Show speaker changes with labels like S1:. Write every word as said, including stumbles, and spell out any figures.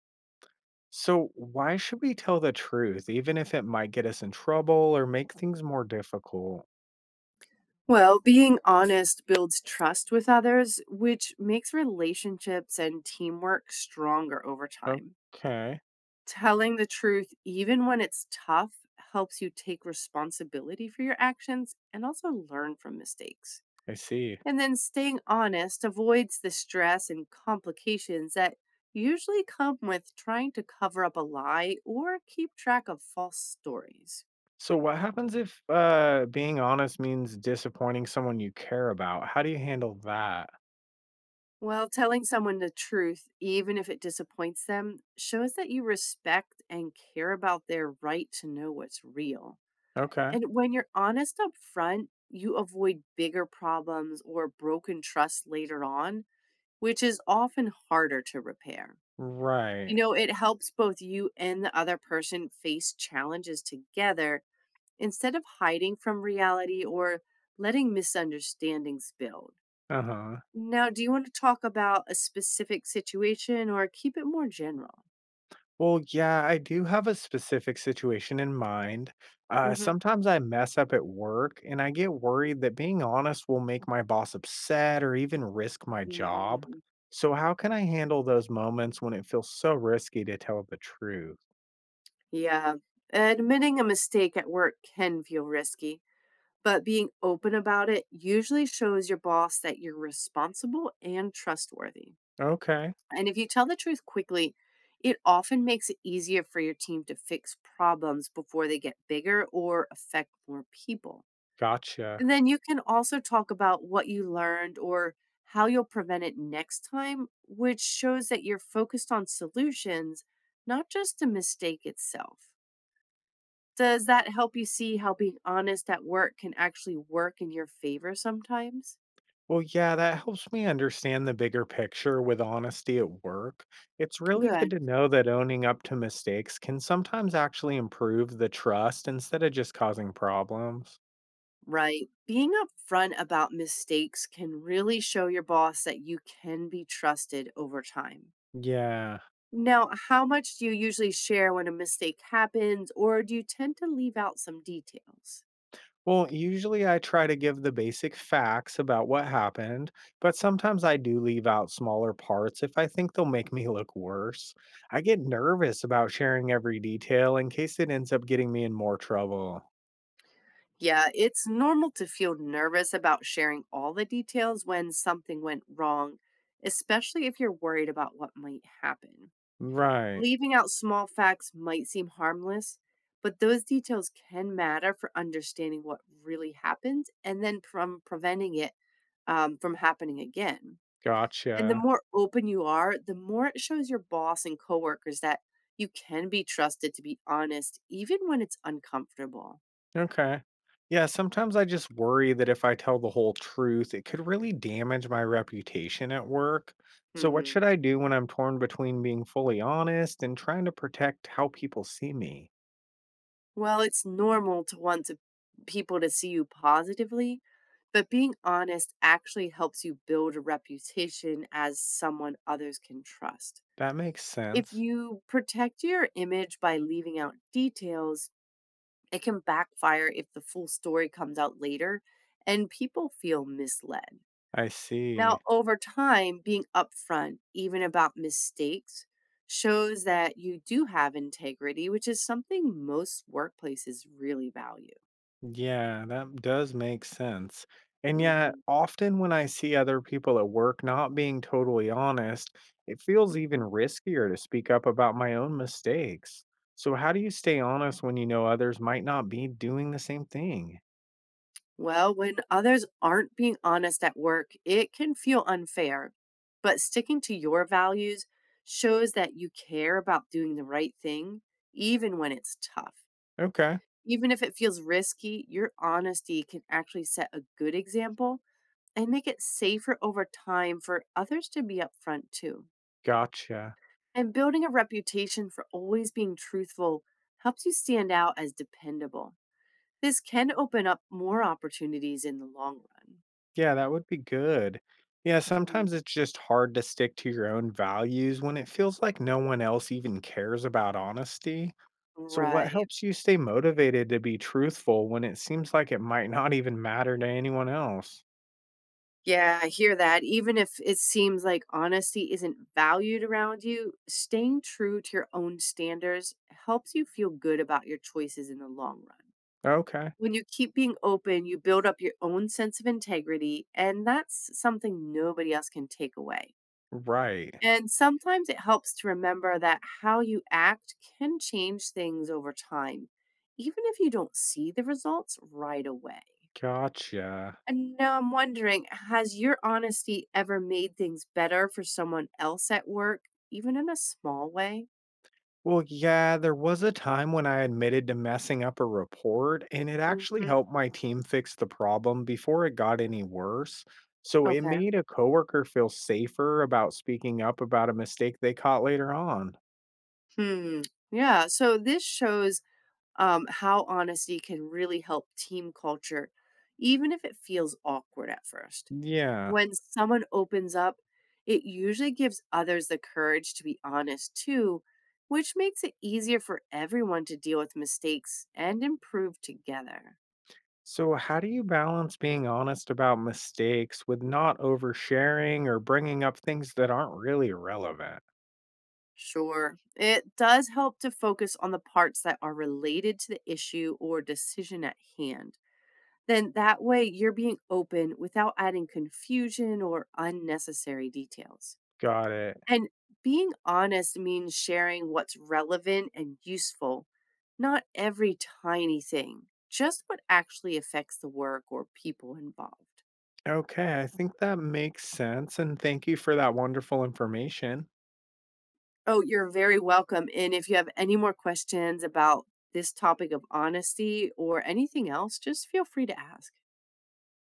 S1: So, why should we tell the truth, even if it might get us in trouble or make things more difficult?
S2: Well, being honest builds trust with others, which makes relationships and teamwork stronger over time.
S1: Okay,
S2: Telling the truth, even when it's tough, helps you take responsibility for your actions and also learn from mistakes.
S1: I see.
S2: And then staying honest avoids the stress and complications that usually come with trying to cover up a lie or keep track of false stories.
S1: So, what happens if uh, being honest means disappointing someone you care about? How do you handle that?
S2: Well, telling someone the truth, even if it disappoints them, shows that you respect and care about their right to know what's real.
S1: Okay,
S2: And when you're honest up front, you avoid bigger problems or broken trust later on, which is often harder to repair. You
S1: right.
S2: know, it helps both you and the other person face challenges together instead of hiding from reality or letting misunderstandings build.
S1: Uh huh.
S2: Now, do you want to talk about a specific situation or keep it more general?
S1: Well, yeah, I do have a specific situation in mind. Uh,
S2: Mhm.
S1: sometimes I mess up at work and I get worried that being honest will make my boss upset or even risk my job.
S2: Mm,
S1: So, how can I handle those moments when it feels so risky to tell the truth?
S2: yeah. Admitting a mistake at work can feel risky, but being open about it usually shows your boss that you're responsible and trustworthy.
S1: Okay,
S2: And if you tell the truth quickly, it often makes it easier for your team to fix problems before they get bigger or affect more people.
S1: gotcha.
S2: And then you can also talk about what you learned or how you'll prevent it next time, which shows that you're focused on solutions, not just the mistake itself. Does that help you see how being honest at work can actually work in your favor sometimes?
S1: Well, yeah, that helps me understand the bigger picture with honesty at work. It's really
S2: Good.
S1: good to know that owning up to mistakes can sometimes actually improve the trust instead of just causing problems.
S2: Right. Being upfront about mistakes can really show your boss that you can be trusted over time.
S1: Yeah.
S2: Now, how much do you usually share when a mistake happens, or do you tend to leave out some details?
S1: Well, usually I try to give the basic facts about what happened, but sometimes I do leave out smaller parts if I think they'll make me look worse. I get nervous about sharing every detail in case it ends up getting me in more trouble.
S2: Yeah, it's normal to feel nervous about sharing all the details when something went wrong, especially if you're worried about what might happen.
S1: Right.
S2: Leaving out small facts might seem harmless, but those details can matter for understanding what really happened and then from preventing it um, from happening again. And the
S1: Gotcha.
S2: more open you are, the more it shows your boss and coworkers that you can be trusted to be honest, even when it's uncomfortable.
S1: Okay. Yeah, sometimes I just worry that if I tell the whole truth, it could really damage my reputation at work. So, what
S2: Hmm.
S1: should I do when I'm torn between being fully honest and trying to protect how people see me?
S2: Well, it's normal to want to people to see you positively, but being honest actually helps you build a reputation as someone others can trust.
S1: That makes
S2: If
S1: sense.
S2: you protect your image by leaving out details, it can backfire if the full story comes out later and people feel misled.
S1: I
S2: Now,
S1: see.
S2: over time, being upfront, even about mistakes, shows that you do have integrity, which is something most workplaces really value.
S1: Yeah, that does make sense. And yet,
S2: Mhm,
S1: often when I see other people at work not being totally honest, it feels even
S2: mhm.
S1: riskier to speak up about my own mistakes. So, how do you stay honest when you know others might not be doing the same thing?
S2: Well, when others aren't being honest at work, it can feel unfair. But sticking to your values shows that you care about doing the right thing, even when it's tough.
S1: Okay,
S2: Even if it feels risky, your honesty can actually set a good example and make it safer over time for others to be upfront too.
S1: gotcha.
S2: And building a reputation for always being truthful helps you stand out as dependable. This can open up more opportunities in the long run.
S1: Yeah, that would be good. Yeah, sometimes
S2: Mhm.
S1: it's just hard to stick to your own values when it feels like no one else even cares about honesty. So, what
S2: Right.
S1: helps you stay motivated to be truthful when it seems like it might not even matter to anyone else?
S2: Yeah, I hear that. Even if it seems like honesty isn't valued around you, staying true to your own standards helps you feel good about your choices in the long run.
S1: Okay.
S2: When you keep being open, you build up your own sense of integrity, and that's something nobody else can take away.
S1: Right.
S2: And sometimes it helps to remember that how you act can change things over time, even if you don't see the results right away.
S1: Gotcha.
S2: And now I'm wondering, has your honesty ever made things better for someone else at work, even in a small way?
S1: Well, yeah, there was a time when I admitted to messing up a report, and it actually
S2: Hmm.
S1: helped my team fix the problem before it got any worse. So, it
S2: Okay.
S1: made a coworker feel safer about speaking up about a mistake they caught later on.
S2: Hmm. Yeah. So this shows um, how honesty can really help team culture, even if it feels awkward at first.
S1: Yeah.
S2: When someone opens up, it usually gives others the courage to be honest too, which makes it easier for everyone to deal with mistakes and improve together.
S1: So, how do you balance being honest about mistakes with not oversharing or bringing up things that aren't really relevant?
S2: Sure, it does help to focus on the parts that are related to the issue or decision at hand. Then that way you're being open without adding confusion or unnecessary details.
S1: Got it.
S2: And being honest means sharing what's relevant and useful, not every tiny thing, just what actually affects the work or people involved.
S1: Okay, I think that makes sense. And thank you for that wonderful information.
S2: Oh, you're very welcome. And if you have any more questions about this topic of honesty or anything else, just feel free to ask.